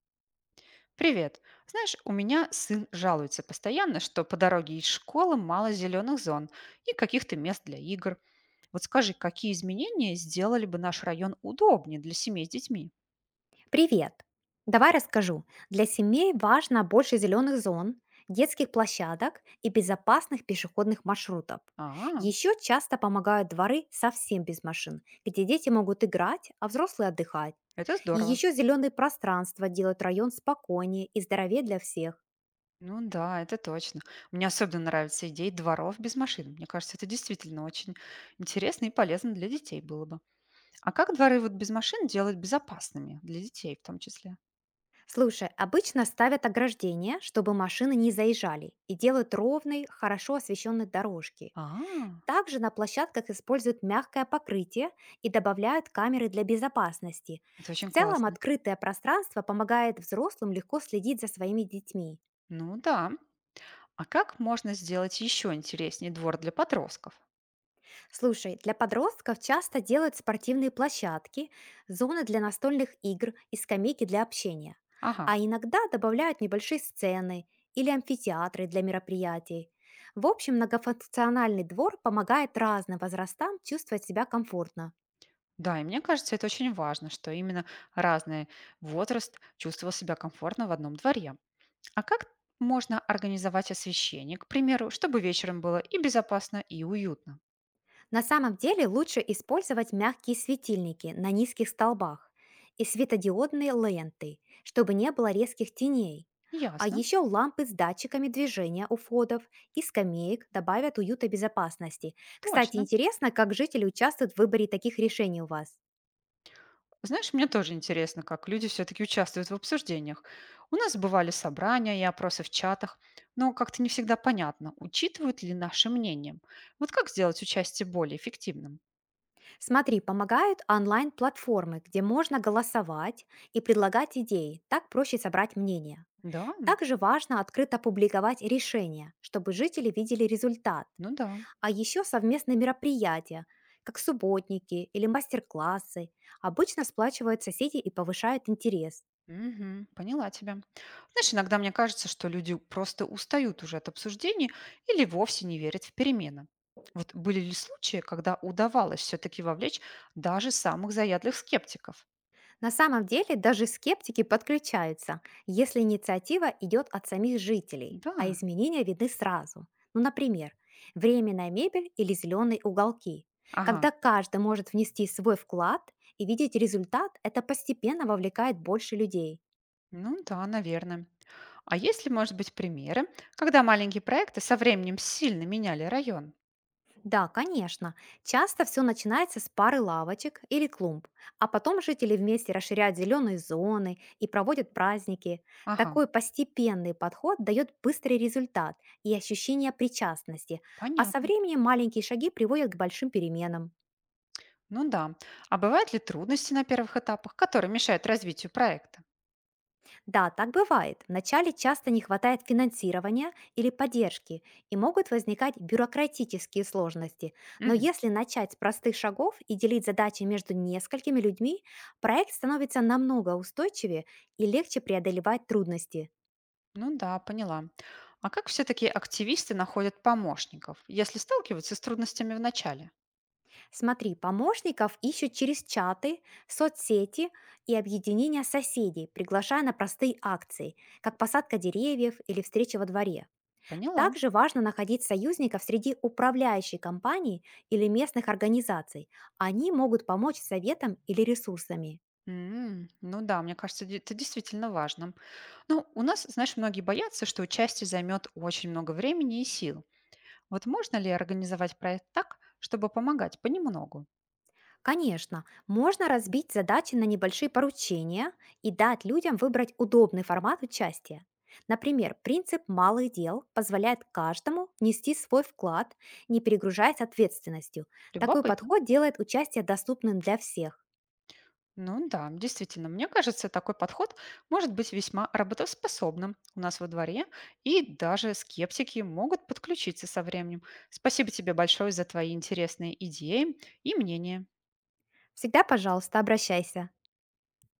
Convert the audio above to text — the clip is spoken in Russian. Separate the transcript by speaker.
Speaker 1: Привет. Знаешь, у меня сын жалуется постоянно, что по дороге из школы мало зеленых зон и каких-то мест для игр. Вот скажи, какие изменения сделали бы наш район удобнее для семей с детьми?
Speaker 2: Привет! Давай расскажу. Для семей важно больше зеленых зон, детских площадок и безопасных пешеходных маршрутов.
Speaker 1: А,
Speaker 2: Еще часто помогают дворы совсем без машин, где дети могут играть, а взрослые отдыхать.
Speaker 1: это
Speaker 2: И
Speaker 1: здорово.
Speaker 2: еще зеленые пространства делают район спокойнее и здоровее для всех.
Speaker 1: Ну да, это точно. Мне особенно нравится идея дворов без машин. Мне кажется, это действительно очень интересно и полезно для детей было бы. А как дворы вот без машин делать безопасными для детей в том числе?
Speaker 2: Слушай, обычно ставят ограждения, чтобы машины не заезжали, и делают ровные, хорошо освещенные дорожки.
Speaker 1: А,
Speaker 2: Также на площадках используют мягкое покрытие и добавляют камеры для безопасности.
Speaker 1: это
Speaker 2: В
Speaker 1: очень
Speaker 2: целом
Speaker 1: классно.
Speaker 2: открытое пространство помогает взрослым легко следить за своими детьми.
Speaker 1: Ну да. А как можно сделать еще интереснее двор для подростков?
Speaker 2: Слушай, для подростков часто делают спортивные площадки, зоны для настольных игр и скамейки для общения.
Speaker 1: Ага,
Speaker 2: А иногда добавляют небольшие сцены или амфитеатры для мероприятий. В общем, многофункциональный двор помогает разным возрастам чувствовать себя комфортно.
Speaker 1: да, и мне кажется, это очень важно, что именно разный возраст чувствовал себя комфортно в одном дворе. А как можно организовать освещение, к примеру, чтобы вечером было и безопасно, и уютно?
Speaker 2: На самом деле лучше использовать мягкие светильники на низких столбах и светодиодные ленты, чтобы не было резких теней. А
Speaker 1: Ясно,
Speaker 2: еще лампы с датчиками движения у входов и скамеек добавят уюта и безопасности. Кстати,
Speaker 1: точно.
Speaker 2: интересно, как жители участвуют в выборе таких решений у вас.
Speaker 1: Знаешь, мне тоже интересно, как люди все-таки участвуют в обсуждениях. У нас бывали собрания и опросы в чатах, но как-то не всегда понятно, учитывают ли наши мнение. Вот как сделать участие более эффективным?
Speaker 2: Смотри, помогают онлайн-платформы, где можно голосовать и предлагать идеи. Так проще собрать мнение.
Speaker 1: Да,
Speaker 2: Также важно открыто публиковать решения, чтобы жители видели результат.
Speaker 1: ну да.
Speaker 2: А еще совместные мероприятия, как субботники или мастер-классы, обычно сплачивают соседей и повышают интерес.
Speaker 1: Мгм. Поняла тебя. Знаешь, иногда мне кажется, что люди просто устают уже от обсуждений или вовсе не верят в перемены. Вот были ли случаи, когда удавалось все-таки вовлечь даже самых заядлых скептиков?
Speaker 2: На самом деле даже скептики подключаются, если инициатива идет от самих жителей,
Speaker 1: Да,
Speaker 2: а изменения видны сразу. Ну, например, временная мебель или зеленые уголки.
Speaker 1: ага.
Speaker 2: Когда каждый может внести свой вклад и видеть результат, это постепенно вовлекает больше людей.
Speaker 1: Ну да, наверное. А есть ли, может быть, примеры, когда маленькие проекты со временем сильно меняли район?
Speaker 2: Да, конечно. Часто все начинается с пары лавочек или клумб, а потом жители вместе расширяют зеленые зоны и проводят праздники.
Speaker 1: Ага,
Speaker 2: Такой постепенный подход дает быстрый результат и ощущение причастности, а со
Speaker 1: понятно.
Speaker 2: временем маленькие шаги приводят к большим переменам.
Speaker 1: Ну да. А бывают ли трудности на первых этапах, которые мешают развитию проекта?
Speaker 2: Да, так бывает. Вначале часто не хватает финансирования или поддержки, и могут возникать бюрократические сложности. Но
Speaker 1: Мгм.
Speaker 2: если начать с простых шагов и делить задачи между несколькими людьми, проект становится намного устойчивее и легче преодолевать трудности.
Speaker 1: Ну да, поняла. А как все-таки активисты находят помощников, если сталкиваются с трудностями в начале?
Speaker 2: Смотри, помощников ищут через чаты, соцсети и объединения соседей, приглашая на простые акции, как посадка деревьев или встреча во дворе.
Speaker 1: Поняла.
Speaker 2: Также важно находить союзников среди управляющей компаний или местных организаций. Они могут помочь советом или ресурсами.
Speaker 1: М, ну да, мне кажется, это действительно важно. Ну, у нас, знаешь, многие боятся, что участие займет очень много времени и сил. Вот можно ли организовать проект так, чтобы помогать понемногу?
Speaker 2: Конечно, можно разбить задачи на небольшие поручения и дать людям выбрать удобный формат участия. Например, принцип малых дел позволяет каждому внести свой вклад, не перегружаясь ответственностью. Такой
Speaker 1: Любопытно.
Speaker 2: подход делает участие доступным для всех.
Speaker 1: Ну да, действительно, мне кажется, такой подход может быть весьма работоспособным у нас во дворе, и даже скептики могут подключиться со временем. Спасибо тебе большое за твои интересные идеи и мнения.
Speaker 2: Всегда, пожалуйста, обращайся.